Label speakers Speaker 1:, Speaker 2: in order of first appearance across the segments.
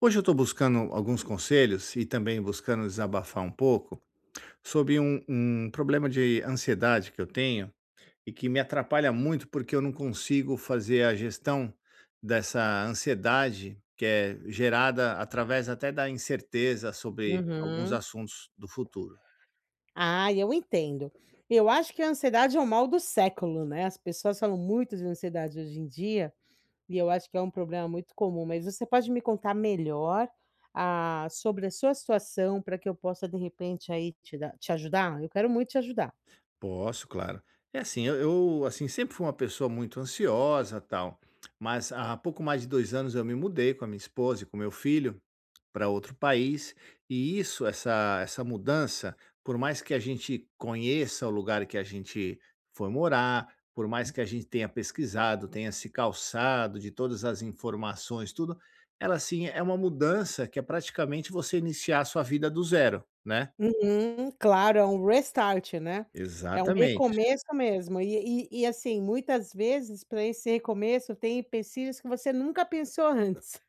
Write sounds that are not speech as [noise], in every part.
Speaker 1: Hoje eu estou buscando alguns conselhos e também buscando desabafar um pouco sobre um problema de ansiedade que eu tenho e que me atrapalha muito porque eu não consigo fazer a gestão dessa ansiedade que é gerada através até da incerteza sobre alguns
Speaker 2: Uhum.
Speaker 1: assuntos do futuro.
Speaker 2: Ah, eu entendo. Eu acho que a ansiedade é o mal do século, né, as pessoas falam muito de ansiedade hoje em dia, e eu acho que é um problema muito comum, mas você pode me contar melhor, sobre a sua situação para que eu possa, de repente, aí, te ajudar? Eu quero muito te ajudar.
Speaker 1: Posso, claro. É assim, assim sempre fui uma pessoa muito ansiosa tal, mas há pouco mais de 2 anos eu me mudei com a minha esposa e com meu filho para outro país, e essa mudança, por mais que a gente conheça o lugar que a gente foi morar, por mais que a gente tenha pesquisado, tenha se calçado de todas as informações, tudo, ela assim é uma mudança que é praticamente você iniciar a sua vida do zero, né?
Speaker 2: Uhum, claro, é um restart, né. É um
Speaker 1: Exatamente.
Speaker 2: recomeço mesmo. Assim, muitas vezes para esse recomeço tem empecilhos que você nunca pensou [laughs] antes.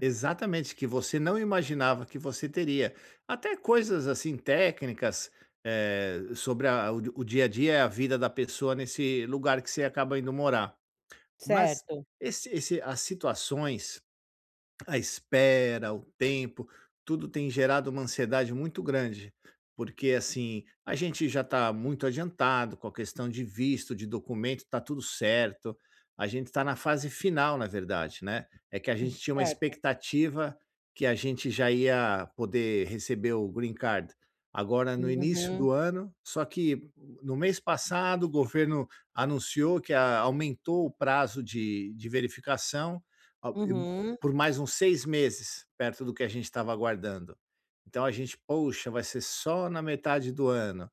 Speaker 1: Exatamente, que você não imaginava que você teria. Até coisas assim técnicas, sobre a o dia a dia e a vida da pessoa nesse lugar que você acaba indo morar. Mas
Speaker 2: Certo,
Speaker 1: esse esse as situações, a espera, o tempo, tudo tem gerado uma ansiedade muito grande, porque assim, a gente já está muito adiantado com a questão de visto, de documento, está tudo certo. A gente está na fase final, na verdade, né? É que a gente tinha uma
Speaker 2: certo.
Speaker 1: expectativa que a gente já ia poder receber o green card agora no início
Speaker 2: Uhum.
Speaker 1: do ano, só que no mês passado o governo anunciou que aumentou o prazo de verificação
Speaker 2: Uhum,
Speaker 1: por mais uns 6 meses, perto do que a gente estava aguardando. Então a gente: "Poxa, vai ser só na metade do ano".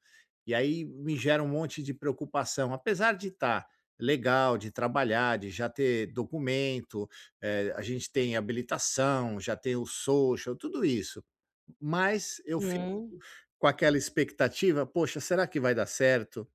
Speaker 1: E aí me gera um monte de preocupação, apesar de estar legal, de trabalhar, de já ter documento, a gente tem habilitação, já tem o social, tudo isso, mas eu fico
Speaker 2: uhum.
Speaker 1: com aquela expectativa: "Poxa, será que vai dar certo?".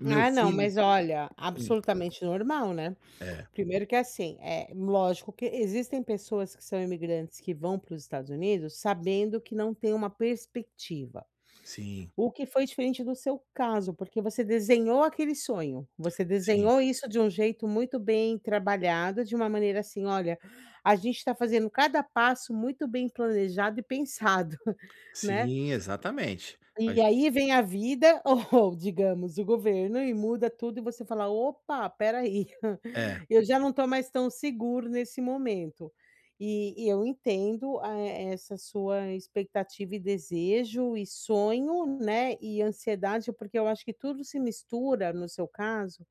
Speaker 1: Meu
Speaker 2: Ah, não,
Speaker 1: filho
Speaker 2: mas olha,
Speaker 1: Hum,
Speaker 2: absolutamente normal, né.
Speaker 1: é,
Speaker 2: Primeiro que assim, é lógico que existem pessoas que são imigrantes que vão para os Estados Unidos sabendo que não tem uma perspectiva,
Speaker 1: sim,
Speaker 2: o que foi diferente do seu caso, porque você desenhou aquele sonho, você
Speaker 1: sim,
Speaker 2: desenhou isso de um jeito muito bem trabalhado, de uma maneira assim: "Olha, a gente está fazendo cada passo muito bem planejado e pensado", [laughs] né.
Speaker 1: sim, exatamente. A
Speaker 2: E
Speaker 1: gen
Speaker 2: aí vem a vida [laughs] ou digamos o governo e muda tudo e você fala: "Opa, espera aí,
Speaker 1: É.
Speaker 2: [laughs] eu já não estou mais tão seguro nesse momento". E eu entendo a e essa sua expectativa e desejo e sonho, né, e ansiedade, porque eu acho que tudo se mistura no seu caso,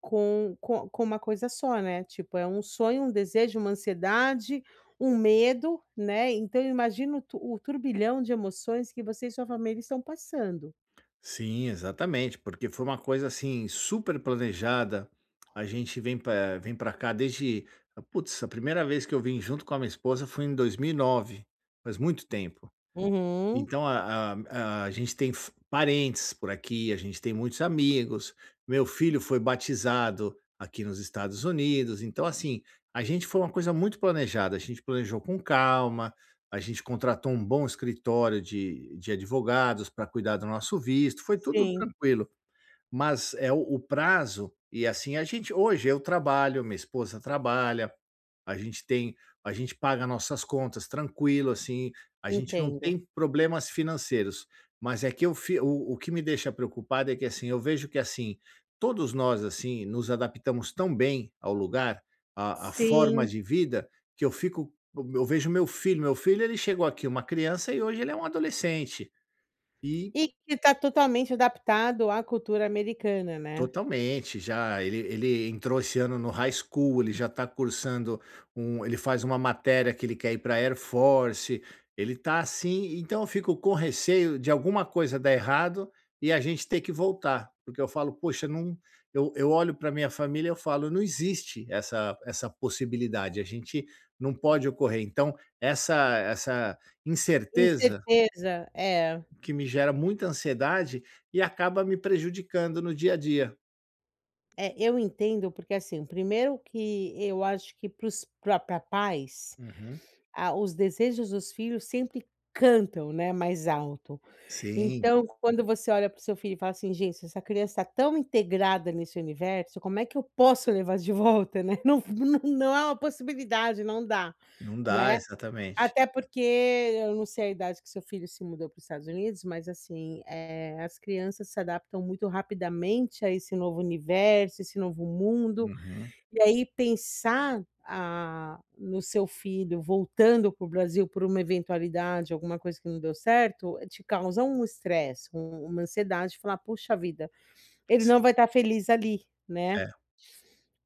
Speaker 2: com uma coisa só, né, tipo, é um sonho, um desejo, uma ansiedade, um medo, né, então eu imagino tu o turbilhão de emoções que você e sua família estão passando.
Speaker 1: Sim, exatamente, porque foi uma coisa assim super planejada. A gente vem para cá desde, putz, a primeira vez que eu vim junto com a minha esposa foi em 2009, faz muito tempo.
Speaker 2: Uhum.
Speaker 1: Então a gente tem f parentes por aqui, a gente tem muitos amigos, meu filho foi batizado aqui nos Estados Unidos, então assim, a gente foi uma coisa muito planejada, a gente planejou com calma, a gente contratou um bom escritório de advogados para cuidar do nosso visto, foi tudo
Speaker 2: Sim,
Speaker 1: tranquilo. Mas é o prazo, e assim a gente hoje, eu trabalho, minha esposa trabalha, a gente tem a gente paga nossas contas tranquilo, assim, a gente não
Speaker 2: entendo.
Speaker 1: tem problemas financeiros. Mas é que eu fi o que me deixa preocupado é que, assim, eu vejo que, assim, todos nós, assim, nos adaptamos tão bem ao lugar, à forma
Speaker 2: Sim,
Speaker 1: de vida, que eu vejo meu filho, ele chegou aqui uma criança e hoje ele é um adolescente. E
Speaker 2: e que está totalmente adaptado à cultura americana, né.
Speaker 1: totalmente, já ele entrou esse ano no high school, ele já está cursando um, ele faz uma matéria que ele quer ir para Air Force, ele está assim. Então eu fico com receio de alguma coisa dar errado e a gente ter que voltar, porque eu falo: "Poxa, não". Eu olho para minha família, e eu falo: "Não existe essa possibilidade, a gente não pode ocorrer". Então essa incerteza
Speaker 2: Incerteza, é,
Speaker 1: que me gera muita ansiedade e acaba me prejudicando no dia a dia.
Speaker 2: eu entendo, porque, assim, primeiro que eu acho que para os pra pais,
Speaker 1: Uhum.
Speaker 2: os desejos dos filhos sempre cantam, né, mais alto.
Speaker 1: Sim,
Speaker 2: Então, quando você olha para o seu filho e fala assim: "Gente, se essa criança está tão integrada nesse universo, como é que eu posso levar de volta, né?" [laughs] Não é uma possibilidade, não dá,
Speaker 1: não dá,
Speaker 2: né.
Speaker 1: exatamente.
Speaker 2: Até porque eu não sei a idade que seu filho se mudou para os Estados Unidos, mas assim, as crianças se adaptam muito rapidamente a esse novo universo, esse novo mundo.
Speaker 1: Uhum,
Speaker 2: E aí pensar, no seu filho voltando para o Brasil por uma eventualidade, alguma coisa que não deu certo, te causa um estresse, uma ansiedade, falar: "Puxa vida, ele não
Speaker 1: sim,
Speaker 2: vai estar feliz ali", né.
Speaker 1: é,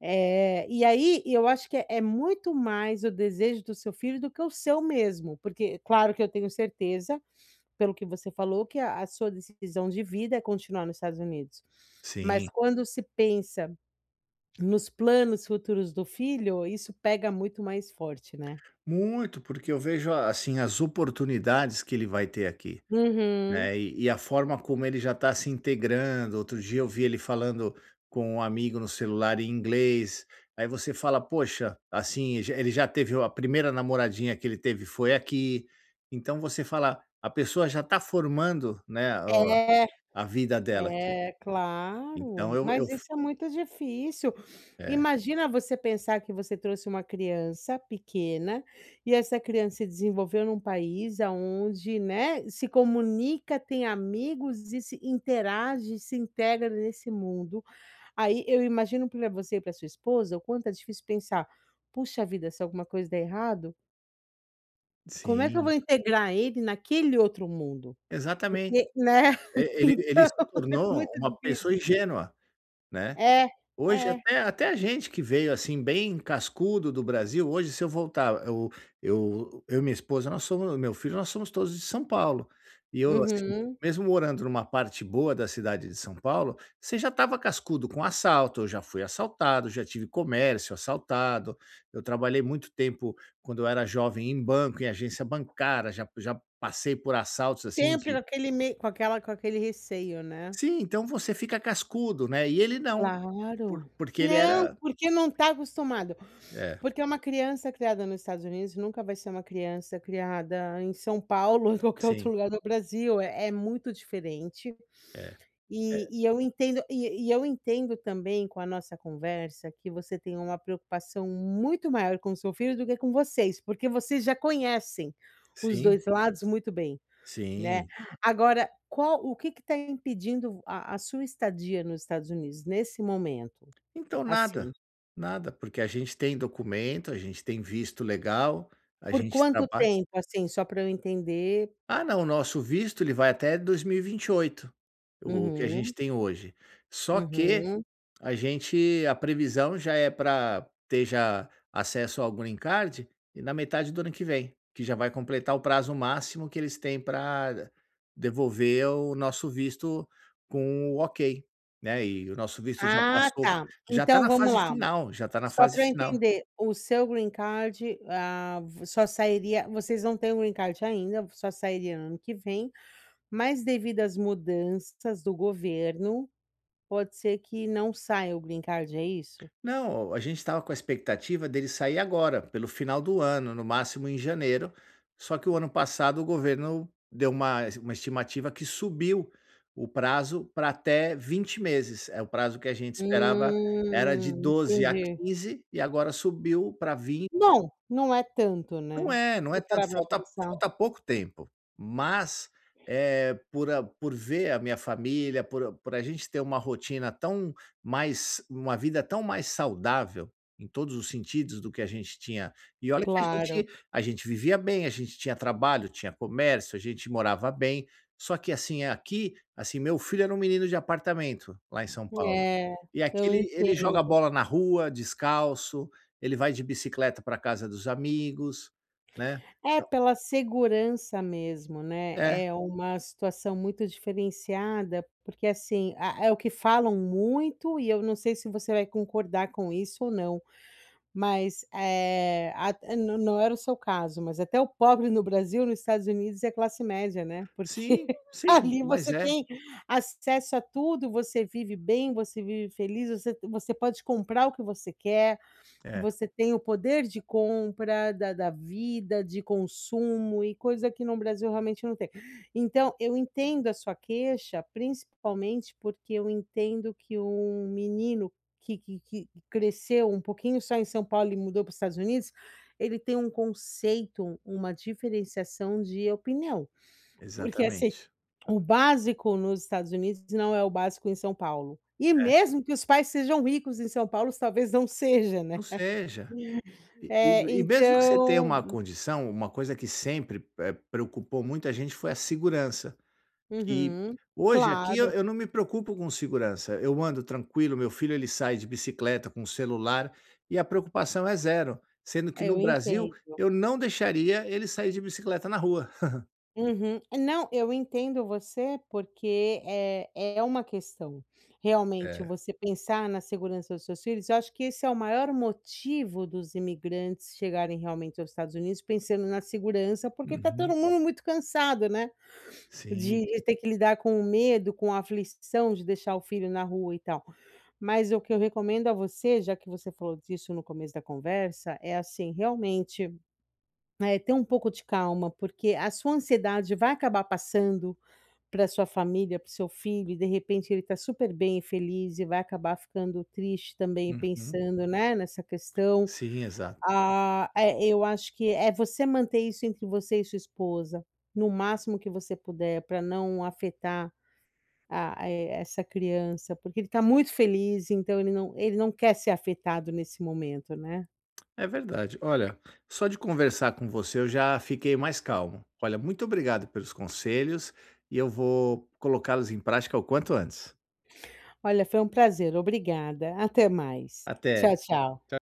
Speaker 2: E aí eu acho que é muito mais o desejo do seu filho do que o seu mesmo, porque claro que eu tenho certeza, pelo que você falou, que a sua decisão de vida é continuar nos Estados Unidos.
Speaker 1: sim.
Speaker 2: Mas quando se pensa nos planos futuros do filho, isso pega muito mais forte, né.
Speaker 1: Muito, porque eu vejo, assim, as oportunidades que ele vai ter aqui,
Speaker 2: Uhum.
Speaker 1: né, e a forma como ele já está se integrando. Outro dia eu vi ele falando com um amigo no celular em inglês, aí você fala: "Poxa", assim, ele já teve a primeira namoradinha que ele teve foi aqui, então você fala, a pessoa já está formando, né, o
Speaker 2: É,
Speaker 1: a vida dela aqui.
Speaker 2: é,
Speaker 1: Então
Speaker 2: claro,
Speaker 1: eu
Speaker 2: mas isso é muito difícil.
Speaker 1: É,
Speaker 2: Imagina você pensar que você trouxe uma criança pequena, e essa criança se desenvolveu num país aonde, né, se comunica, tem amigos e se interage, se integra nesse mundo. Aí eu imagino para você e para sua esposa o quanto é difícil pensar: "Puxa vida, se alguma coisa der errado". Como é que eu vou
Speaker 1: sim,
Speaker 2: integrar ele naquele outro mundo?
Speaker 1: exatamente.
Speaker 2: E né,
Speaker 1: E
Speaker 2: [laughs]
Speaker 1: ele
Speaker 2: então
Speaker 1: ele se
Speaker 2: é
Speaker 1: tornou
Speaker 2: muito
Speaker 1: uma pessoa
Speaker 2: difícil.
Speaker 1: ingênua, né.
Speaker 2: É,
Speaker 1: Hoje
Speaker 2: é.
Speaker 1: até a gente que veio, assim, bem cascudo do Brasil, hoje se eu voltar, eu, e minha esposa, nós somos, meu filho, nós somos todos de São Paulo. E eu, assim,
Speaker 2: Uhum.
Speaker 1: mesmo morando numa parte boa da cidade de São Paulo, você já estava cascudo com assalto, eu já fui assaltado, já tive comércio assaltado, eu trabalhei muito tempo, quando eu era jovem, em banco, em agência bancária, já passei por assaltos, assim.
Speaker 2: Sempre com aquele meio com aquela com aquele receio, né.
Speaker 1: Sim, então você fica cascudo, né, e ele não, por
Speaker 2: Claro.
Speaker 1: porque ele
Speaker 2: Não,
Speaker 1: era,
Speaker 2: porque não está acostumado.
Speaker 1: é,
Speaker 2: Porque é uma criança criada nos Estados Unidos nunca vai ser uma criança criada em São Paulo [laughs] ou em qualquer outro
Speaker 1: sim,
Speaker 2: lugar do Brasil, é muito diferente.
Speaker 1: é.
Speaker 2: E eu entendo e eu entendo também com a nossa conversa que você tem uma preocupação muito maior com o seu filho do que com vocês, porque vocês já conhecem os
Speaker 1: Sim,
Speaker 2: 2 lados muito bem, né.
Speaker 1: sim.
Speaker 2: Agora, qual o que está impedindo a sua estadia nos Estados Unidos nesse momento,
Speaker 1: Então nada,
Speaker 2: assim?
Speaker 1: nada, porque a gente tem documento, a gente tem visto legal, a
Speaker 2: Por
Speaker 1: gente
Speaker 2: quanto
Speaker 1: trabalha.
Speaker 2: tempo, assim, só para eu entender?
Speaker 1: Ah, não, o nosso visto ele vai até dois mil e vinte e oito, o que a
Speaker 2: Uhum,
Speaker 1: gente tem hoje. Só que
Speaker 2: uhum.
Speaker 1: A previsão já é para ter já acesso ao green card e na metade do ano que vem, que já vai completar o prazo máximo que eles têm para devolver o nosso visto com o ok, né, e o nosso visto já
Speaker 2: Ah,
Speaker 1: passou,
Speaker 2: tá.
Speaker 1: já está
Speaker 2: Então
Speaker 1: na
Speaker 2: vamos
Speaker 1: fase
Speaker 2: lá.
Speaker 1: final, já está na
Speaker 2: Só
Speaker 1: fase
Speaker 2: para eu
Speaker 1: final.
Speaker 2: entender, o seu green card, ah, v só sairia, vocês não têm o green card ainda, só sairia no ano que vem, mas devido às mudanças do governo, pode ser que não saia o green card, é isso?
Speaker 1: Não, a gente estava com a expectativa dele sair agora, pelo final do ano, no máximo em janeiro. Só que o ano passado o governo deu uma estimativa que subiu o prazo para até 20 meses. É o prazo que a gente esperava era de 12 a
Speaker 2: Entendi.
Speaker 1: 15 e agora subiu para 20.
Speaker 2: Bom, não é tanto, né,
Speaker 1: Não é, não
Speaker 2: se
Speaker 1: é
Speaker 2: parar
Speaker 1: tanto,
Speaker 2: pra
Speaker 1: falta
Speaker 2: pensar.
Speaker 1: falta pouco tempo, mas, é por a, por ver a minha família, por por a gente ter uma rotina tão, mais uma vida tão mais saudável, em todos os sentidos do que a gente tinha, e olha que a gente
Speaker 2: Claro.
Speaker 1: a gente vivia bem, a gente tinha trabalho, tinha comércio, a gente morava bem, só que assim, aqui, assim, meu filho era um menino de apartamento lá em São Paulo,
Speaker 2: É,
Speaker 1: e aqui
Speaker 2: eu
Speaker 1: ele joga
Speaker 2: entendo.
Speaker 1: bola na rua, descalço, ele vai de bicicleta para casa dos amigos, né.
Speaker 2: É, pela segurança mesmo, né,
Speaker 1: É,
Speaker 2: é uma situação muito diferenciada, porque assim, a é o que falam muito e eu não sei se você vai concordar com isso ou não, mas, é at não era o seu caso, mas até o pobre no Brasil, nos Estados Unidos é classe média, né, porque
Speaker 1: sim,
Speaker 2: [laughs]
Speaker 1: sim,
Speaker 2: ali
Speaker 1: mas
Speaker 2: você
Speaker 1: é.
Speaker 2: tem acesso a tudo, você vive bem, você vive feliz, você pode comprar o que você quer,
Speaker 1: É,
Speaker 2: você tem o poder de compra da vida, de consumo e coisa que no Brasil realmente não tem. Então eu entendo a sua queixa, principalmente porque eu entendo que um menino que cresceu um pouquinho só em São Paulo e mudou para os Estados Unidos, ele tem um conceito, uma diferenciação de opinião, porque assim,
Speaker 1: exatamente.
Speaker 2: o básico nos Estados Unidos não é o básico em São Paulo. E
Speaker 1: É,
Speaker 2: mesmo que os pais sejam ricos em São Paulo, talvez não seja, né.
Speaker 1: não seja. E e
Speaker 2: É,
Speaker 1: e mesmo que você tenha
Speaker 2: então
Speaker 1: uma condição, uma coisa que sempre, preocupou muita gente foi a segurança, que
Speaker 2: uhum,
Speaker 1: hoje aqui eu
Speaker 2: claro,
Speaker 1: eu não me preocupo com segurança, eu ando tranquilo, meu filho ele sai de bicicleta com celular e a preocupação é zero, sendo que no
Speaker 2: eu
Speaker 1: Brasil
Speaker 2: entendo.
Speaker 1: eu não deixaria ele sair de bicicleta na rua.
Speaker 2: Uhum. Não, eu entendo você, porque é uma questão. Realmente,
Speaker 1: É,
Speaker 2: você pensar na segurança dos seus filhos, eu acho que esse é o maior motivo dos imigrantes chegarem realmente aos Estados Unidos, pensando na segurança, porque está
Speaker 1: uhum,
Speaker 2: todo mundo muito cansado, né?
Speaker 1: sim,
Speaker 2: De ter que lidar com o medo, com a aflição de deixar o filho na rua e tal. Mas o que eu recomendo a você, já que você falou disso no começo da conversa, é assim, realmente, ter um pouco de calma, porque a sua ansiedade vai acabar passando para sua família, para seu filho, e de repente ele está super bem e feliz e vai acabar ficando triste também
Speaker 1: uhum,
Speaker 2: pensando, né, nessa questão.
Speaker 1: sim, exato.
Speaker 2: Ah, eu acho que é você manter isso entre você e sua esposa, no máximo que você puder, para não afetar essa criança, porque ele está muito feliz, então ele não quer ser afetado nesse momento, né.
Speaker 1: É verdade. Olha, só de conversar com você eu já fiquei mais calmo. Olha, muito obrigado pelos conselhos e eu vou colocá-los em prática o quanto antes.
Speaker 2: Olha, foi um prazer, obrigada. Até mais.
Speaker 1: Até.
Speaker 2: Tchau, tchau.